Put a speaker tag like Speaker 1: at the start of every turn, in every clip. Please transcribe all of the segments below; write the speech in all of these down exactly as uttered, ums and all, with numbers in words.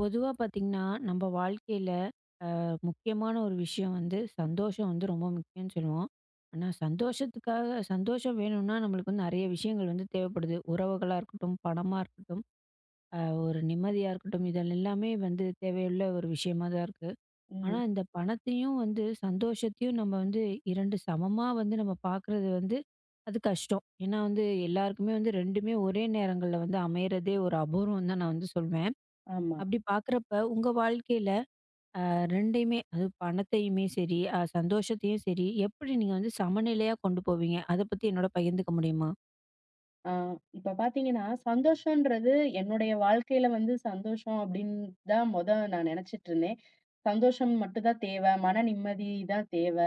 Speaker 1: பொதுவா பார்த்தீங்கன்னா, நம்ம வாழ்க்கையில முக்கியமான ஒரு விஷயம் வந்து சந்தோஷம் வந்து ரொம்ப முக்கியம்னு சொல்லுவோம். ஆனா சந்தோஷத்துக்காக சந்தோஷம் வேணும்னா நம்மளுக்கு வந்து நெறைய விஷயங்கள் வந்து தேவைப்படுது. உறவுகளா இருக்கட்டும், பணமா இருக்கட்டும், அ ஒரு நிம்மதியா இருக்கட்டும், இதெல் எல்லாமே வந்து தேவையுள்ள ஒரு விஷயமா தான் இருக்கு. ஆனா
Speaker 2: ம்.
Speaker 1: இந்த பணத்தையும் வந்து சந்தோஷத்தையும் நம்ம வந்து இரண்டு சமமா வந்து நம்ம பார்க்குறது வந்து அது கஷ்டம். ஏன்னா வந்து எல்லாருக்குமே வந்து ரெண்டுமே ஒரே நேரங்கள்ல வந்து அமையறதே ஒரு அபூர்வம் தான் நான் வந்து சொல்வேன்.
Speaker 2: ஆமா.
Speaker 1: அப்படி பார்க்குறப்ப உங்க வாழ்க்கையில ரெண்டுமே, அது பணத்தையுமே சரி, அ சந்தோஷத்தையும் சரி, எப்படி நீங்க வந்து சமநிலையா கொண்டு போவீங்க? அத பத்தி என்னோட பகிர்ந்துக்க முடியுமா?
Speaker 2: ஆ இப்ப பார்த்தீங்கன்னா, சந்தோஷன்றது என்னுடைய வாழ்க்கையில வந்து சந்தோஷம் அப்படின்னு தான் மொத நான் நெனச்சுட்டு இருந்தேன். சந்தோஷம் மட்டும் தான் தேவை. மன நிம்மதி தான் தேவை.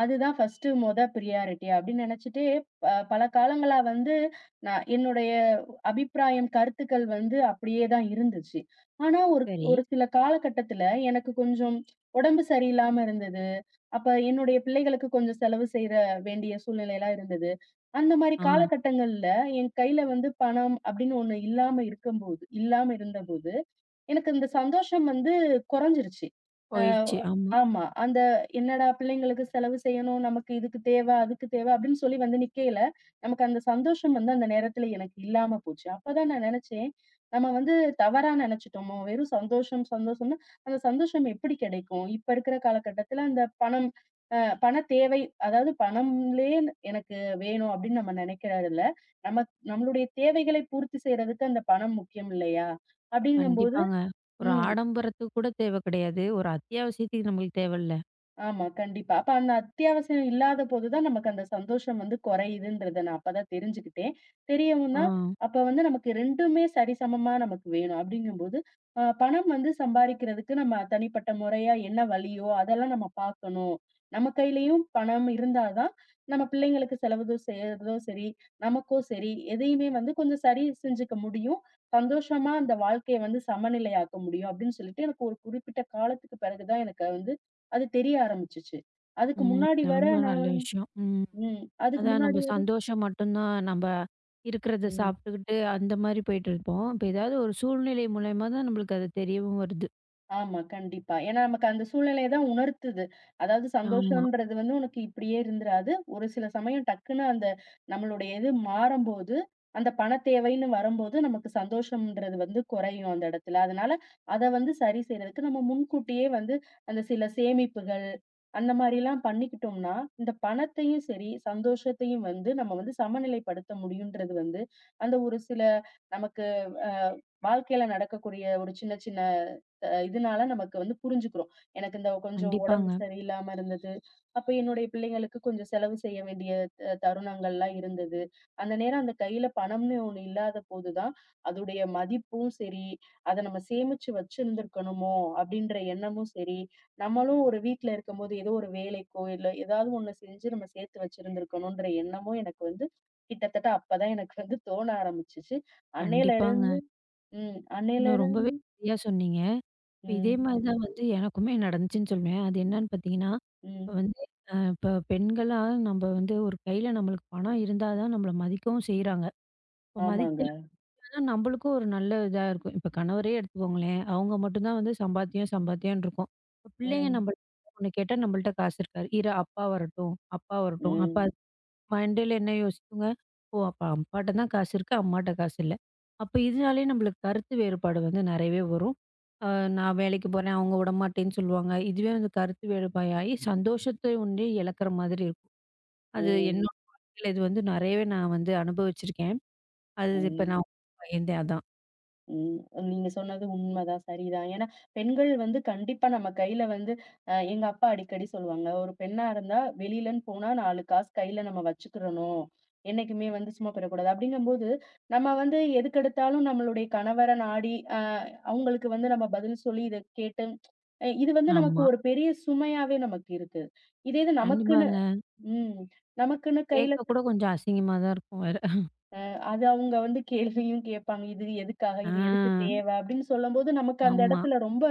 Speaker 2: அதுதான் ஃபர்ஸ்ட்டு மொத பிரியாரிட்டி அப்படின்னு நெனச்சுட்டு, ப பல காலங்களா வந்து நான் என்னுடைய அபிப்பிராயம், கருத்துக்கள் வந்து அப்படியே தான் இருந்துச்சு. ஆனா, ஒரு
Speaker 1: சரி.
Speaker 2: ஒரு சில காலகட்டத்தில எனக்கு கொஞ்சம் உடம்பு சரியில்லாம இருந்தது. அப்ப என்னுடைய பிள்ளைகளுக்கு கொஞ்சம் செலவு செய்ற வேண்டிய சூழ்நிலைலாம் இருந்தது. அந்த மாரி
Speaker 1: ஆ,
Speaker 2: காலகட்டங்கள்ல என் கையில வந்து பணம் அப்படின்னு ஒண்ணு இல்லாம இருக்கும்போது இல்லாம இருந்தபோது, எனக்கு இந்த சந்தோஷம் வந்து குறைஞ்சிருச்சு. அ
Speaker 1: போயிருச்சு. ஆமா.
Speaker 2: ஆமா. அந்த என்னடா பிள்ளைங்களுக்கு செலவு செய்யணும், நமக்கு இதுக்கு தேவ, அதுக்கு தேவ அப்படின்னு சொல்லி வந்து நிக்கையில, நமக்கு அந்த சந்தோஷம் வந்து அந்த நேரத்துல எனக்கு இல்லாம போச்சு. அப்பதான் நான் நெனச்சேன், நம்ம வந்து தவறா நெனச்சுட்டோமோ! வெறும் சந்தோஷம், சந்தோஷம்னா, அந்த சந்தோஷம் எப்படி கிடைக்கும்? இப்ப இருக்கிற காலகட்டத்துல அந்த பணம் அ பண தேவை, அதாவது பணம்லயே எனக்கு வேணும் அப்படின்னு நம்ம நெனைக்கிறதில்ல. நம்ம நம்மளுடைய தேவைகளை பூர்த்தி செய்றதுக்கு அந்த பணம் முக்கியம் இல்லையா? அப்படிங்கும்போது
Speaker 1: கண்டிப்பாங்க. ஒரு
Speaker 2: ம்.
Speaker 1: ஆடம்பரத்துக்கு கூட தேவ கிடையாது. ஒரு அத்தியாவசியத்துக்கு நம்மளுக்கு தேவல்ல.
Speaker 2: ஆமா. கண்டிப்பா. அப்ப அந்த அத்தியாவசியம் இல்லாத போது தான் நமக்கு அந்த சந்தோஷம் வந்து குறையுதுன்றத நான் அப்பதான் தெரிஞ்சுக்கிட்டேன். தெரியவும்
Speaker 1: ஆ.
Speaker 2: தான் அப்ப வந்து நமக்கு ரெண்டுமே சரிசமமா நமக்கு வேணும். அப்படிங்கும்போது, அ பணம் வந்து சம்பாரிக்கிறதுக்கு நம்ம தனிப்பட்ட முறையா என்ன வழியோ, அதெல்லாம் நம்ம பார்க்கணும். நம்ம கையிலயும் பணம் இருந்தா தான், நம்ம பிள்ளைங்களுக்கு செலவுதோ செய்றதோ சரி, நமக்கோ சரி, எதையுமே வந்து கொஞ்சம் சரி செஞ்சுக்க முடியும். சந்தோஷமா அந்த வாழ்க்கைய வந்து சமநிலையாக்க முடியும் அப்படின்னு சொல்லிட்டு, எனக்கு ஒரு குறிப்பிட்ட காலத்துக்கு பிறகு தான் எனக்கு வந்து அது தெரிய ஆரம்பிச்சுச்சு. அதுக்கு
Speaker 1: ம்.
Speaker 2: முன்னாடி வர
Speaker 1: ரொம்ப
Speaker 2: நான்
Speaker 1: நல்ல
Speaker 2: வந்
Speaker 1: விஷயம். ம்.
Speaker 2: ம். அதுக்கு
Speaker 1: அதான்
Speaker 2: முன்னாடி
Speaker 1: நம்ம சந்தோஷம் மட்டும்தான் நம்ப இருக்கிறத
Speaker 2: ம்.
Speaker 1: சாப்பிட்டுக்கிட்டு, அந்த மாரி போயிட்டுருப்போம். இப்ப ஏதாவது ஒரு சூழ்நிலை மூலியமா தான் நம்மளுக்கு அது தெரியவும் வருது.
Speaker 2: ஆமா, கண்டிப்பா. ஏன்னா நமக்கு அந்த சூழ்நிலை தான் உணர்த்துது. அதாவது
Speaker 1: ஆமா.
Speaker 2: சந்தோஷம்ன்றது வந்து உனக்கு இப்படியே இருந்துராது. ஒரு சில சமயம் டக்குன்னு அந்த நம்மளுடைய இது மாறம்போது, அந்த பண தேவைன்னு வரும்போது நமக்கு சந்தோஷம்ன்றது வந்து குறையும் அந்த இடத்துல. அதனால அத வந்து சரி செய்றதுக்கு நம்ம முன்கூட்டியே வந்து அந்த சில சேமிப்புகள், அந்த மாரிலாம் பண்ணிக்கிட்டோம்னா, இந்த பணத்தையும் சரி, சந்தோஷத்தையும் வந்து நம்ம வந்து சமநிலைப்படுத்த முடியுன்றது வந்து, அந்த ஒரு சில நமக்கு அ வாழ்க்கையில நடக்கக்கூடிய ஒரு சின்ன சின்ன அ இதனால நமக்கு வந்து புரிஞ்சுக்கிறோம். எனக்கு இந்த கொஞ்சம் உடம்பு
Speaker 1: கண்டிப்பாங்க.
Speaker 2: சரியில்லாம இருந்தது. அப்ப என்னுடைய பிள்ளைங்களுக்கு கொஞ்சம் செலவு செய்ய வேண்டிய த தருணங்கள்லாம் இருந்தது. அந்த நேரம் அந்த கையில பணம்னு ஒண்ணு இல்லாத போது தான், அதோடைய மதிப்பும் சரி, அத நம்ம சேமிச்சு வச்சிருந்திருக்கணுமோ! அப்படின்ற எண்ணமும் சரி, நம்மளும் ஒரு வீட்ல இருக்கும்போது ஏதோ ஒரு வேலைக்கோ, இல்ல ஏதாவது ஒண்ணு செஞ்சு நம்ம சேர்த்து வச்சிருந்திருக்கணுன்ற எண்ணமும் எனக்கு வந்து கிட்டத்தட்ட அப்பதான் எனக்கு வந்து தோண ஆரம்பிச்சுச்சு. அன்னையில இருந்து
Speaker 1: கண்டிப்பாங்க.
Speaker 2: ம். அன்னையில
Speaker 1: இன்னும் ரொம்பவே
Speaker 2: இருந்து
Speaker 1: சரியா சொன்னீங்க. இப்ப இதே
Speaker 2: ம்.
Speaker 1: மாரி தான் வந்து எனக்குமே நடந்துச்சுன்னு சொல்லுவேன். அது என்னன்னு பார்த்தீங்கன்னா, இப்ப
Speaker 2: ம்.
Speaker 1: வந்து அ இப்ப பெண்களா நம்ப வந்து ஒரு கையில நம்மளுக்கு பணம் இருந்தா தான் நம்மள மதிக்கவும் செய்றாங்க. இப்ப
Speaker 2: ஆமாங்க.
Speaker 1: மதிச்சாங்கன்னா தான் நம்மளுக்கும் ஒரு நல்ல இதா இருக்கும். இப்ப கணவரே எடுத்துக்கோங்களேன், அவங்க மட்டும் தான் வந்து சம்பாத்தியம் சம்பாத்தியம்ன்னு இருக்கும். இப்ப பிள்ளைங்க
Speaker 2: ம்.
Speaker 1: நம்பள்ட்ட ஒண்ணு கேட்டா, நம்மள்ட்ட காசு இருக்காது. இரு அப்பா வரட்டும், அப்பா வரட்டும். அப்பா
Speaker 2: ம்.
Speaker 1: மண்டையில என்ன யோசிக்குங்க? ஓ! அப்ப அப்பாட்ட தான் காசு இருக்கு. அம்மாட்ட காசு இல்ல. அப்ப இதனாலேயே நம்மளுக்கு கருத்து வேறுபாடு வந்து நெறையவே வரும். அ நான் வேலைக்கு போறேன், அவங்க விடமாட்டேன்னு சொல்லுவாங்க. இதுவே வந்து கருத்து வேறுபாயாகி சந்தோஷத்தை ஒன்றே இழக்கிற மாதிரி இருக்கும். அது
Speaker 2: ம்.
Speaker 1: என்னோட வாழ்க்கையில இது வந்து நெறையவே நான் வந்து அனுபவிச்சிருக்கேன். அது இப்ப
Speaker 2: ம்.
Speaker 1: நான் உங்ககிட்ட பகிர்ந்தேன் அதான்.
Speaker 2: ம். நீங்க சொன்னது உண்மதான், சரிதான். ஏன்னா, பெண்கள் வந்து கண்டிப்பா நம்ம கையில வந்து அ எங்க அப்பா அடிக்கடி சொல்லுவாங்க. "ஒரு பெண்ணா இருந்தா வெளிலன்னு போனா நாலு காசு கையில நம்ம வச்சுக்கிறணும். என்னைக்குமே வந்து சும்மா போயிறக்கூடாது." அப்படிங்கும்போது, நம்ம வந்து எதுக்கெடுத்தாலும் நம்மளுடைய கணவர நாடி, அ அவங்களுக்கு வந்து நம்ம பதில் சொல்லி இத கேட்டு அ இது வந்து நமக்கு
Speaker 1: ஆமா.
Speaker 2: ஒரு பெரிய சுமையாவே நமக்கு இருக்கு. இதே இது நமக்குன்னு
Speaker 1: கண்டிப்பாங்க.
Speaker 2: ம். நமக்குன்னு கையில
Speaker 1: கேட்க கூட கொஞ்சம் அசிங்கமா தான் இருக்கும் வேற.
Speaker 2: அது அவங்க வந்து கேள்வியும் கேட்பாங்க. இது எதுக்காக?
Speaker 1: ஆ.
Speaker 2: இது எதுக்கு தேவ? அப்படின்னு சொல்லும்போது, நமக்கு அந்த
Speaker 1: ஆமா.
Speaker 2: இடத்துல ரொம்ப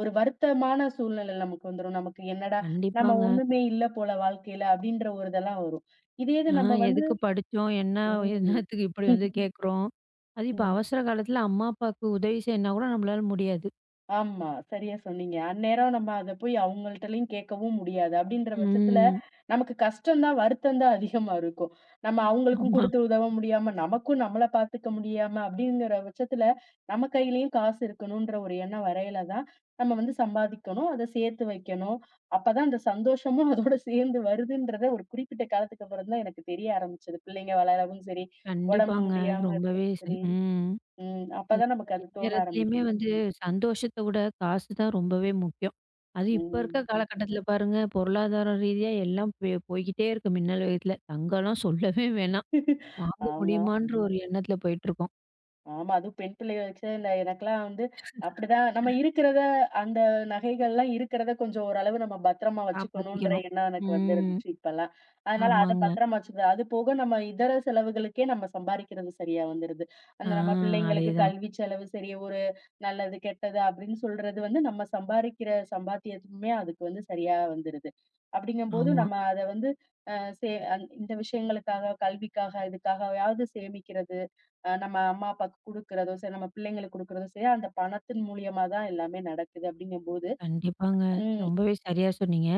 Speaker 2: ஒரு வருத்தமான சூழ்நிலை நமக்கு வந்துரும். நமக்கு என்னடா! நம்ம
Speaker 1: கண்டிப்பாங்க.
Speaker 2: ஒண்ணுமே இல்ல போல வாழ்க்கையில அப்படின்ற ஒரு இதெல்லாம் வரும். இதே இது
Speaker 1: ஆ,
Speaker 2: நம்ம வந்து
Speaker 1: எதுக்கு படிச்சோம்? என்ன,
Speaker 2: ம்.
Speaker 1: என்னத்துக்கு இப்படி வந்து கேட்குறோம்? அதுவும் இப்ப
Speaker 2: ம்.
Speaker 1: அவசர காலத்துல அம்மா, அப்பாவுக்கு உதவி செய்யணும்னா கூட நம்மளால முடியாது.
Speaker 2: ஆமா. சரியா சொன்னீங்க. அந்நேரம் நம்ம அத போய் அவங்கள்ட்டலயும் கேட்கவும் முடியாது. அப்படின்ற பட்சத்துல,
Speaker 1: ம்.
Speaker 2: நமக்கு கஷ்டம் தான், வருத்தம் தான் அதிகமா இருக்கும். நம்ம அவங்களுக்கும்
Speaker 1: ஆமா.
Speaker 2: குடுத்து உதவ முடியாம, நமக்கும் நம்மள பார்த்துக்க முடியாம, அப்படிங்கிற பட்சத்துல, நம்ம கையிலயும் காசு இருக்கணுன்ற ஒரு எண்ணம் வரையில தான், நம்ம வந்து சம்பாதிக்கணும். அத சேர்த்து வைக்கணும். அப்பதான் அந்த சந்தோஷமும் அதோட சேர்ந்து வருதுன்றத ஒரு குறிப்பிட்ட காலத்துக்கு அப்புறம் தான் எனக்கு தெரிய ஆரம்பிச்சது. பிள்ளைங்க வளரவும் சரி, உடம்பு
Speaker 1: கண்டிப்பாங்க.
Speaker 2: முடியாம
Speaker 1: ரொம்பவே
Speaker 2: இருக்கவும்
Speaker 1: ச
Speaker 2: சரி.
Speaker 1: ம்.
Speaker 2: ம்.
Speaker 1: அது
Speaker 2: அப்பதான் நமக்கு அது தோண
Speaker 1: எந்நேரத்துலயுமே
Speaker 2: ஆரம்பிக்குது.
Speaker 1: வந்து சந்தோஷத்த விட காசு தான் ரொம்பவே முக்கியம். அது இப்ப இருக்க
Speaker 2: ம்.
Speaker 1: காலகட்டத்துல பாருங்க, பொருளாதார ரீதியா எல்லாம் பெ போய்க்கிட்டே இருக்கு மின்னல் வேகத்துல. தங்கம்லாம் சொல்லவே வேணாம். வாங்க
Speaker 2: ஆமா.
Speaker 1: முடியுமான்ற ஒரு எண்ணத்துல போயிட்டுருக்கோம்.
Speaker 2: ஆமா. அதுவும் பெண் பிள்ளைக வச்சா, இல்ல எனக்கெல்லாம் வந்து அப்படிதான் நம்ம இருக்கிறத அந்த நகைகள்லாம் இருக்கிறத கொஞ்சம் ஓரளவு நம்ம பத்திரமா வச்சுக்கணுன்ற
Speaker 1: காப்பாத்திக்கணும்.
Speaker 2: எண்ணம் எனக்கு வந்து
Speaker 1: ம்.
Speaker 2: இருந்துச்சு இப்பல்லாம். அதனால அத
Speaker 1: ஆமாங்க.
Speaker 2: பத்திரமா வச்சுக்கிறது. அது போக நம்ம இதர செலவுகளுக்கே நம்ம சம்பாரிக்கிறது சரியா வந்துருது. அந்த
Speaker 1: ஆ,
Speaker 2: நம்ம பிள்ளைங்களுக்கு
Speaker 1: அதேதான்.
Speaker 2: கல்வி செலவு சரி, ஒரு நல்லது, கெட்டது அப்படின்னு சொல்றது வந்து நம்ம சம்பாரிக்கிற சம்பாத்தியமே அதுக்கு வந்து சரியா வந்துருது. அப்படிங்கும்போது
Speaker 1: ஆமா.
Speaker 2: நம்ம அத வந்து அ சே அந் இந்த விஷயங்களுக்காக, கல்விக்காக, இதுக்காகவாவது சேமிக்கிறது. அ நம்ம அம்மா, அப்பாவுக்கு குடுக்குறதோ சரி, நம்ம பிள்ளைங்களுக்கு குடுக்குறதோ சரி, அந்த பணத்தின் மூலியமா தான் எல்லாமே நடக்குது அப்படிங்கும்போது
Speaker 1: கண்டிப்பாங்க.
Speaker 2: ம்.
Speaker 1: ரொம்பவே சரியா சொன்னீங்க.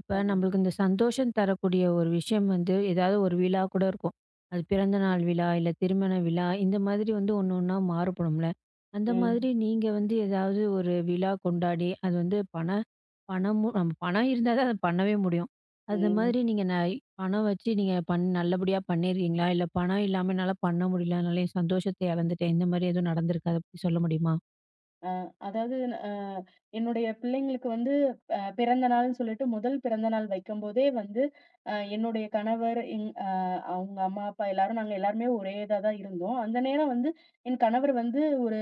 Speaker 1: இப்ப
Speaker 2: ஆமா.
Speaker 1: நம்மளுக்கு இந்த சந்தோஷம் தரக்கூடிய ஒரு விஷயம் வந்து, ஏதாவது ஒரு விழா கூட இருக்கும். அது பிறந்த
Speaker 2: ம்.
Speaker 1: நாள் விழா, இல்ல திருமண விழா, இந்த மாதிரி வந்து ஒண்ணு ஒண்ணா மாறுபடும்ல. அந்த
Speaker 2: ம்.
Speaker 1: மாதிரி நீங்க வந்து ஏதாவது ஒரு விழா கொண்டாடி, அது வந்து பண பணமும் நம்ம பணம் இருந்தா தான் அத பண்ணவே முடியும். அது
Speaker 2: ம்.
Speaker 1: மாதிரி நீங்க ந பணம் வச்சு நீங்க பண் நல்லபடியா பண்ணியிருக்கீங்களா? இல்ல பணம் இல்லாம என்னால பண்ண முடியல, அதனால என் சந்தோஷத்த இழந்துட்டேன். இந்த மாரி எதுவும் நடந்திருக்கா? அத பத்தி சொல்ல முடியுமா?
Speaker 2: அ அதாவது அ என்னுடைய பிள்ளைங்களுக்கு வந்து அ பிறந்த நாள்ன்னு சொல்லிட்டு முதல் பிறந்த நாள் வைக்கும்போதே வந்து அ என்னுடைய கணவர், எங் அ அவங்க அம்மா, அப்பா எல்லாரும் நாங்க எல்லாருமே ஒரே இதா தான் இருந்தோம். அந்த நேரம் வந்து என் கணவர் வந்து ஒரு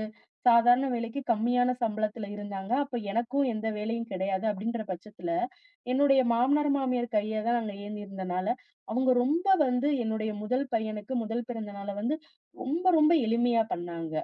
Speaker 2: சாதாரண வேலைக்கு கம்மியான சம்பளத்துல இருந்தாங்க. அப்ப எனக்கும் எந்த வேலையும் கிடையாது அப்படின்ற பட்சத்துல என்னுடைய மாமனார், மாமியார் கைய தான் நாங்க ஏந்தியிருந்தனால, அவங்க ரொம்ப வந்து என்னுடைய முதல் பையனுக்கு முதல் பிறந்த நாள வந்து ரொம்ப, ரொம்ப எளிமையா பண்ணாங்க.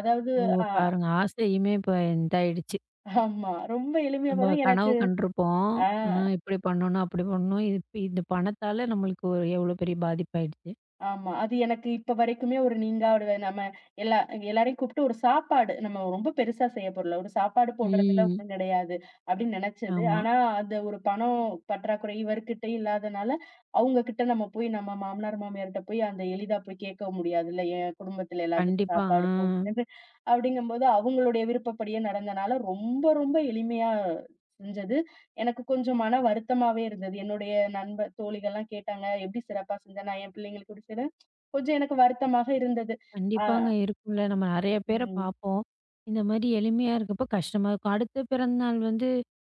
Speaker 2: அதாவது
Speaker 1: ஓ!
Speaker 2: அ
Speaker 1: பாருங்க. ஆசையுமே இப்ப இதாயிடுச்சு.
Speaker 2: ஆமா. ரொம்ப எளிமையா
Speaker 1: நம்ம
Speaker 2: பண்ணோம்.
Speaker 1: கனவு
Speaker 2: எனக்கு
Speaker 1: கண்டிருப்போம்.
Speaker 2: ஆ.
Speaker 1: அ இப்படி பண்ணணும், அப்படி பண்ணணும். இது இந்த பணத்தால நம்மளுக்கு எவ்வளோ பெரிய பாதிப்பாயிடுச்சு.
Speaker 2: ஆமா. அது எனக்கு இப்ப வரைக்குமே ஒரு நீங்காடுவ நம்ம எல்லா எல்லாரையும் கூப்பிட்டு ஒரு சாப்பாடு நம்ம ரொம்ப பெருசா செய்ய போறல. ஒரு சாப்பாடு போடுறதுல
Speaker 1: ம்.
Speaker 2: ஒண்ணும் கிடையாது அப்படின்னு நினைச்சது.
Speaker 1: ஆமா.
Speaker 2: ஆனா, அது ஒரு பணம் பற்றாக்குறை இவர்கிட்ட இல்லாதனால, அவங்க கிட்ட நம்ம போய் நம்ம மாமனார், மாமியார்ட்ட போய் அந்த எளிதா போய் கேட்க முடியாதுல்ல. என் குடும்பத்துல எல்லாத்துக்கும்
Speaker 1: கண்டிப்பா. ஆ,
Speaker 2: சாப்பாடு போகுது அப்படிங்கும்போது அவங்களுடைய விருப்பப்படியே நடந்தனால ரொம்ப ரொம்ப எளிமையா செஞ்சது. எனக்கு கொஞ்சம் மன வருத்தமாவே இருந்தது. என்னுடைய நண்பர் தோழிகள்லாம் கேட்டாங்க, "எப்படி சிறப்பா செஞ்ச?" நான் என் பிள்ளைங்களுக்கு குடுத்தது. கொஞ்சம் எனக்கு வருத்தமாக இருந்தது. அ
Speaker 1: கண்டிப்பாங்க இருக்கும்ல. நம்ம நெறைய பேர
Speaker 2: ம்.
Speaker 1: பார்ப்போம். இந்த மாரி எளிமையா இருக்கப்ப கஷ்டமா இருக்கும். அடுத்த பிறந்த நாள் வந்து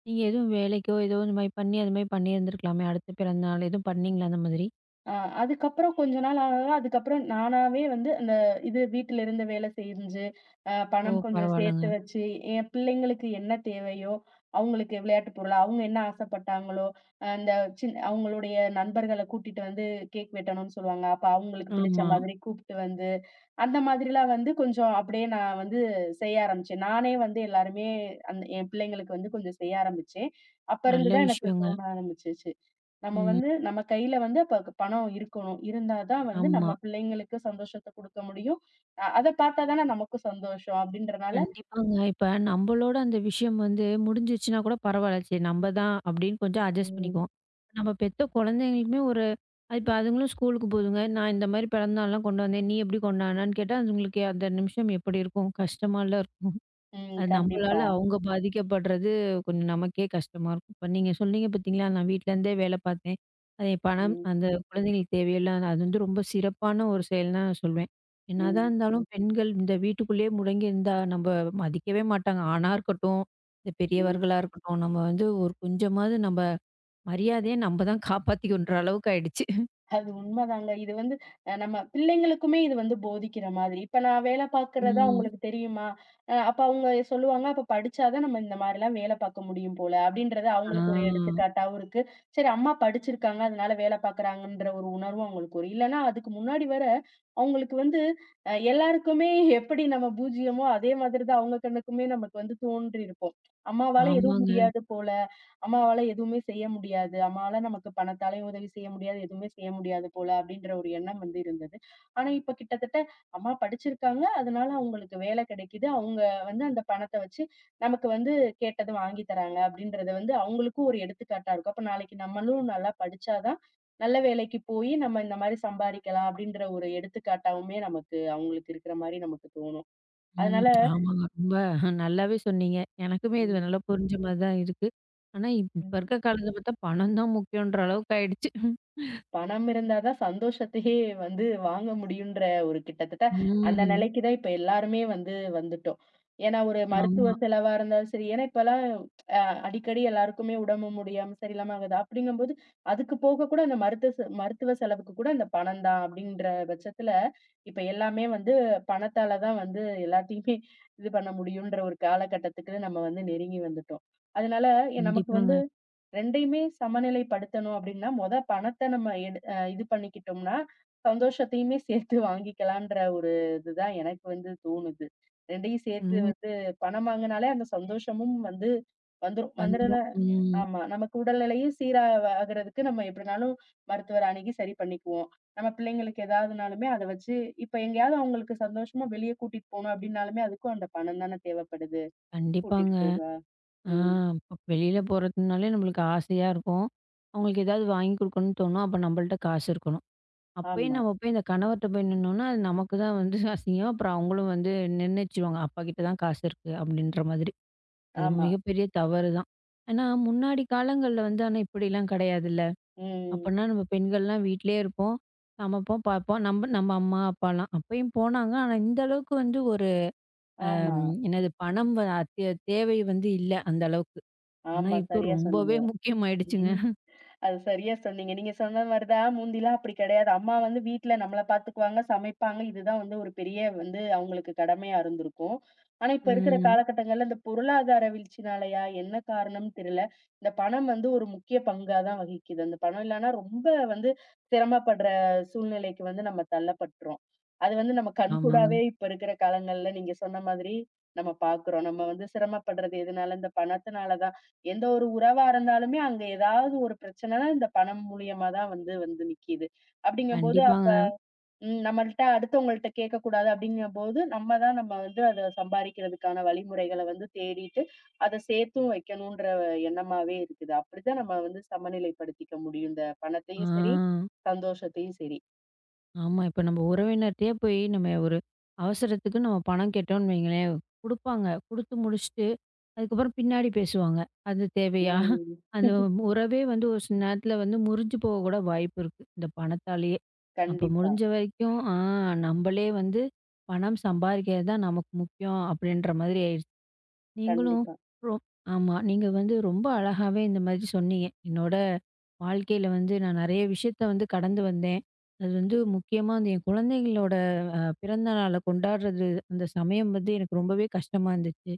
Speaker 1: நீங்க எதுவும் வேலைக்கோ, ஏதோ இந்த மாரி பண்ணி அது மாரி பண்ணியிருந்திருக்கலாமே! அடுத்த பிறந்த நாள் எதுவும் பண்ணீங்களா அந்த மாதிரி?
Speaker 2: அ அதுக்கப்புறம் கொஞ்ச நாள் ஆக, ஆக அதுக்கப்புறம் நானாவே வந்து அந்த இது வீட்ல இருந்து வேலை செஞ்சு, அ
Speaker 1: ஓ!
Speaker 2: பணம் கொஞ்சம்
Speaker 1: பரவால்லங்க.
Speaker 2: சேர்த்து வச்சு, என் பிள்ளைங்களுக்கு என்ன தேவையோ, அவங்களுக்கு விளையாட்டு பொருள், அவங்க என்ன ஆசைப்பட்டாங்களோ, அந்த சின் அவங்களுடைய நண்பர்கள கூட்டிட்டு வந்து கேக் வெட்டணும்னு சொல்லுவாங்க. அப்ப அவங்களுக்கு பிடிச்ச
Speaker 1: ஆமா.
Speaker 2: மாதிரி கூப்ட்டு வந்து அந்த மாதிரிலாம் வந்து கொஞ்சம் அப்படியே நான் வந்து செய்ய ஆரம்பிச்சேன். நானே வந்து எல்லாருமே அந்த என் பிள்ளைங்களுக்கு வந்து கொஞ்சம் செய்ய ஆரம்பிச்சேன். அப்ப இருந்து
Speaker 1: நல்ல
Speaker 2: தான் எனக்கு
Speaker 1: விஷயங்க.
Speaker 2: தோண ஆரம்பிச்சுச்சு. நம்ம வந்து
Speaker 1: ம்.
Speaker 2: நம்ம கையில வந்து அப்ப க பணம் இருக்கணும். இருந்தா தான் வந்து நம்ம
Speaker 1: ஆமா.
Speaker 2: பிள்ளைங்களுக்கு சந்தோஷத்த குடுக்க முடியும். அ அத பார்த்தா தானே நமக்கும் சந்தோஷம் அப்படின்றனால
Speaker 1: கண்டிப்பாங்க. இப்ப நம்பளோட அந்த விஷயம் வந்து முடிஞ்சிருச்சுனா கூட பரவால்ல. சரி நம்ம தான் அப்படின்னு கொஞ்சம் அட்ஜஸ்ட்
Speaker 2: ம்,
Speaker 1: பண்ணிக்குவோம். நம்ம பெத்த குழந்தைங்களுக்குமே ஒரு இப்ப அதுங்களும் ஸ்கூலுக்கு போதுங்க. நான் இந்த மாரி பிறந்தநாள்லாம் கொண்டு வந்தேன். நீ எப்படி கொண்டாடினன்னு கேட்டா, அதுங்களுக்கு அந்த நிமிஷம் எப்படி இருக்கும்? கஷ்டமால்ல இருக்கும்.
Speaker 2: ம்.
Speaker 1: அது நம்மளால
Speaker 2: கண்டிப்பா.
Speaker 1: அவங்க பாதிக்கப்படுறது கொஞ்சம் நமக்கே கஷ்டமா இருக்கும். இப்ப நீங்க சொன்னீங்க பார்த்தீங்களா, நான் வீட்லேருந்தே வேலை பார்த்தேன். அது என் பணம்
Speaker 2: ம்,
Speaker 1: அந்த குழந்தைங்களுக்கு தேவையெல்லாம் அது வந்து ரொம்ப சிறப்பான ஒரு செயல்ன்னு தான் நான் சொல்வேன். என்னதான்
Speaker 2: ம்,
Speaker 1: இருந்தாலும் பெண்கள் இந்த வீட்டுக்குள்ளேயே முடங்கி இருந்தா நம்ம மதிக்கவே மாட்டாங்க. ஆணா இருக்கட்டும், இந்த
Speaker 2: ம்.
Speaker 1: பெரியவர்களா இருக்கட்டும், நம்ம வந்து ஒரு கொஞ்சமாவது நம்ம மரியாதைய நம்ம தான் காப்பாத்திக்கணுன்ற அளவுக்கு ஆயிடுச்சு.
Speaker 2: அது உண்மதாங்க. இது வந்து அ நம்ம பிள்ளைங்களுக்குமே இது வந்து போதிக்கிற மாதிரி. இப்ப நான் வேலை பார்க்கிறதா
Speaker 1: ம்.
Speaker 2: அவங்களுக்கு தெரியுமா? அ அப்ப அவங்க சொல்லுவாங்க, "அப்ப படிச்சா தான் நம்ம இந்த மாரிலாம் வேலை பார்க்க முடியும் போல." அப்படின்றது அவங்களுக்கு ஒரு
Speaker 1: ஆ.
Speaker 2: எடுத்துக்காட்டாவும் இருக்கு. சரி அம்மா படிச்சிருக்காங்க, அதனால வேலை பார்க்குறாங்கன்ற ஒரு உணர்வும் அவங்களுக்கு வரும். இல்லன்னா அதுக்கு முன்னாடி வர அவங்களுக்கு வந்து அ எல்லாருக்குமே எப்படி நம்ம பூஜ்ஜியமோ, அதே மாதிரி தான் அவங்க கண்ணுக்குமே நமக்கு வந்து தோன்றியிருக்கும். அம்மாவால எதுவும்
Speaker 1: ஆமாங்க.
Speaker 2: முடியாது போல. அம்மாவால எதுவுமே செய்ய முடியாது. அம்மாவால நமக்கு பணத்தாலயும் உதவி செய்ய முடியாது. எதுவுமே செய்ய முடியாது போல அப்படின்ற ஒரு எண்ணம் வந்து இருந்தது. ஆனா இப்ப கிட்டத்தட்ட அம்மா படிச்சிருக்காங்க. அதனால அவங்களுக்கு வேலை கிடைக்குது. அவங்க வந்து அந்த பணத்த வச்சு நமக்கு வந்து கேட்டத வாங்கி தராங்க அப்படின்றத வந்து அவங்களுக்கும் ஒரு எடுத்துக்காட்டா இருக்கும். அப்ப நாளைக்கு நம்மளும் நல்லா படிச்சா தான் நல்ல வேலைக்கு போயி நம்ம இந்த மாரி சம்பாரிக்கலாம் அப்படின்ற ஒரு எடுத்துக்காட்டாவுமே நமக்கு அவங்களுக்கு இருக்கிற மாரி நமக்கு தோணும்.
Speaker 1: ம்.
Speaker 2: அதனால
Speaker 1: ஆமாங்க. ரொம்ப நல்லாவே சொன்னீங்க. எனக்குமே இது நல்லா புரிஞ்ச மாரி தான் இருக்கு. ஆனா, இப்ப
Speaker 2: ம்.
Speaker 1: இருக்க காலத்த பார்த்தா பணம் தான் முக்கியன்ற அளவுக்கு ஆயிடுச்சு.
Speaker 2: பணம் இருந்தா தான் சந்தோஷத்தையே வந்து வாங்க முடியுன்ற ஒரு கிட்டத்தட்ட அந்த
Speaker 1: ம்.
Speaker 2: நிலைக்கு தான் இப்ப எல்லாருமே வந்து வந்துட்டோம். ஏன்னா ஒரு மருத்துவ
Speaker 1: ஆமா.
Speaker 2: செலவா இருந்தாலும் சரி, ஏன்னா இப்பலாம் அ அடிக்கடி எல்லாருக்குமே உடம்பு முடியாம சரியில்லாம ஆகுது. அப்படிங்கும்போது அதுக்கு போக கூட அந்த மருத்துவ செ மருத்துவ செலவுக்கு கூட அந்த பணம் தான் அப்படின்ற பட்சத்துல இப்ப எல்லாமே வந்து பணத்தால தான் வந்து எல்லாத்தையுமே இது பண்ண முடியுன்ற ஒரு காலகட்டத்துக்கு நம்ம வந்து நெருங்கி வந்துட்டோம். அதனால எ நமக்கு
Speaker 1: கண்டிப்பாங்க.
Speaker 2: வந்து ரெண்டுமே சமநிலைப்படுத்தணும் அப்டின்னா, மொத பணத்த நம்ம எடு அ இது பண்ணிக்கிட்டோம்னா, சந்தோஷத்தையுமே சேர்த்து வாங்கிக்கலான்ற ஒரு இதுதான் எனக்கு வந்து தோணுது. ரெண்டும் சேர்த்து
Speaker 1: ம்.
Speaker 2: வந்து பணம் வாங்குனாலே அந்த சந்தோஷமும் வந்து வந்துரும். வந்துரல
Speaker 1: வந்துரும். ம்.
Speaker 2: ஆமா. நமக்கு உடல்நிலையும் சீரா ஆகுறதுக்கு நம்ம எப்டினாலும் மருத்துவர அணுகி சரி பண்ணிக்குவோம். நம்ம பிள்ளைங்களுக்கு ஏதாவதுனாலுமே அத வச்சு இப்ப எங்கேயாவது அவங்களுக்கு சந்தோஷமா வெளிய கூட்டிட்டு போணும் அப்டின்னாலுமே, அதுக்கும் அந்த பணம் தானே தேவைப்படுது. கூட்டிட்டு
Speaker 1: கண்டிப்பாங்க.
Speaker 2: போக.
Speaker 1: ஆ,
Speaker 2: ம்.
Speaker 1: இப்ப வெளியில போறதுனாலே நம்மளுக்கு ஆசையா இருக்கும். அவங்களுக்கு ஏதாவது வாங்கி குடுக்கணும்னு தோணும். அப்ப நம்மள்ட்ட காசு இருக்கணும். அப்பயும்
Speaker 2: ஆமா,
Speaker 1: நம்ம போய் இந்த கணவர்ட்ட போய் நின்னோம்னா, அது நமக்கு தான் வந்து அசிங்கம். அப்புறம் அவங்களும் வந்து நிர்ணயிச்சுருவாங்க. அப்பா கிட்ட தான் காசு இருக்கு அப்படின்ற மாதிரி. அது
Speaker 2: ஆமா.
Speaker 1: மிகப்பெரிய தவறு தான். ஏன்னா, முன்னாடி காலங்கள்ல வந்து ஆனா இப்படிலாம் கிடையாதுல்ல.
Speaker 2: ம்.
Speaker 1: அப்பன்னா நம்ம பெண்கள்லாம் வீட்லயே இருப்போம். சமைப்போம், பார்ப்போம். நம்ம நம்ம அம்மா, அப்பாலாம். அப்பயும் போனாங்க. ஆனா, இந்த அளவுக்கு வந்து ஒரு
Speaker 2: ஆமா,
Speaker 1: ம், என்னது பணம் வ தே தேவை வந்து இல்ல அந்த அளவுக்கு. ஆனா,
Speaker 2: ஆமா.
Speaker 1: இப்போ
Speaker 2: சரியா சொன்னீங்க.
Speaker 1: ரொம்பவே முக்கியமாயிடுச்சுங்க.
Speaker 2: அது சரியா சொன்னீங்க. நீங்க சொன்ன மாரி தான் முந்திலாம் அப்படி கிடையாது. அம்மா வந்து வீட்ல நம்மள பார்த்துக்குவாங்க, சமைப்பாங்க. இதுதான் வந்து ஒரு பெரிய வந்து அவங்களுக்கு கடமையா இருந்திருக்கும். ஆனா இப்ப இருக்கிற
Speaker 1: ம்.
Speaker 2: காலகட்டங்கள்ல இந்த பொருளாதார வீழ்ச்சினாலயா, என்ன காரணம்னு தெரியல. இந்த பணம் வந்து ஒரு முக்கிய பங்கா தான் வகிக்குது. அந்த பணம் இல்லன்னா ரொம்ப வந்து சிரமப்படுற சூழ்நிலைக்கு வந்து நம்ம தள்ளப்பட்டுறோம். அது வந்து நம்ம
Speaker 1: ஆமாங்க.
Speaker 2: கண்கூடாவே இப்ப இருக்கிற காலங்கள்ல நீங்க சொன்ன மாதிரி நம்ம பார்க்குறோம். நம்ம வந்து சிரமப்படுறது எதுனால, இந்த பணத்தினால தான் எந்த ஒரு உறவா இருந்தாலுமே அங்க ஏதாவது ஒரு பிரச்சனைனா இந்த பணம் மூலியமா தான் வந்து வந்து நிக்கிது. அப்படிங்கும்போது அப்ப
Speaker 1: கண்டிப்பாங்க.
Speaker 2: ம் நம்மள்ட்ட அடுத்தவங்கள்ட்ட கேட்கக்கூடாது அப்படிங்கும்போது, நம்ம தான் நம்ம வந்து அத சம்பாரிக்கிறதுக்கான வழிமுறைகள வந்து தேடிட்டு, அத சேர்த்தும் வைக்கணுன்ற எண்ணமாவே இருக்குது. அப்படிதான் நம்ம வந்து சமநிலைப்படுத்திக்க முடியும். இந்த பணத்தையும் சரி,
Speaker 1: ஆ.
Speaker 2: சந்தோஷத்தையும் சரி.
Speaker 1: ஆமா. இப்ப நம்ம உறவினர்ட்டயே போய் நம்ம ஒரு அவசரத்துக்கு நம்ம பணம் கேட்டோம்ன்னு வைங்களேன், குடுப்பாங்க. குடுத்து முடிச்சுட்டு, அதுக்கப்புறம் பின்னாடி பேசுவாங்க. அது தேவையா?
Speaker 2: ம்.
Speaker 1: அந்த உறவே வந்து ஒரு சில நேரத்துல வந்து முறிஞ்சு போக கூட வாய்ப்பு இருக்கு. இந்த பணத்தாலேயே. அப்ப
Speaker 2: கண்டிப்பா,
Speaker 1: முடிஞ்ச வரைக்கும், ஆ, நம்மளே வந்து பணம் சம்பாதிக்கிறது தான் நமக்கு முக்கியம் அப்படின்ற மாதிரி ஆயிடுச்சு. நீங்களும்
Speaker 2: கண்டிப்பா.
Speaker 1: ரொ ஆமா. நீங்க வந்து ரொம்ப அழகாவே இந்த மாதிரி சொன்னீங்க. என்னோட வாழ்க்கையில வந்து நான் நெறைய விஷயத்த வந்து கடந்து வந்தேன். அது வந்து முக்கியமா வந்து என் குழந்தைங்களோட அ பிறந்த நாள கொண்டாடுறது, அந்த சமயம் வந்து எனக்கு ரொம்பவே கஷ்டமா இருந்துச்சு.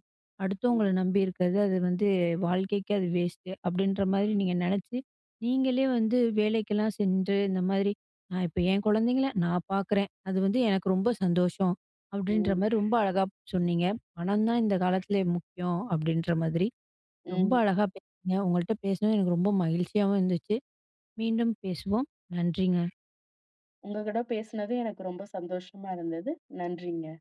Speaker 1: அடுத்தவங்கள
Speaker 2: ம்,
Speaker 1: நம்பி இருக்கிறது, அது வந்து வாழ்க்கைக்கு அது வேஸ்ட்டு. அப்படின்ற மாதிரி நீங்க நெனச்சு, நீங்களே வந்து வேலைக்கெல்லாம் சென்று இந்த மாதிரி, நான் இப்ப என் குழந்தைங்கள நான் பார்க்குறேன். அது வந்து எனக்கு ரொம்ப சந்தோஷம். அப்படின்ற
Speaker 2: ம்,
Speaker 1: மாரி ரொம்ப அழகா சொன்னீங்க. பணம் தான் இந்த காலத்துல முக்கியம் அப்படின்ற மாதிரி ரொம்ப
Speaker 2: ம்.
Speaker 1: அழகா பேசுனீங்க. உங்கள்ட்ட பேசினது எனக்கு ரொம்ப மகிழ்ச்சியாவும் இருந்துச்சு. மீண்டும் பேசுவோம். நன்றிங்க.
Speaker 2: உங்க கூட பேசுனது எனக்கு ரொம்ப சந்தோஷமா இருந்தது. நன்றிங்க.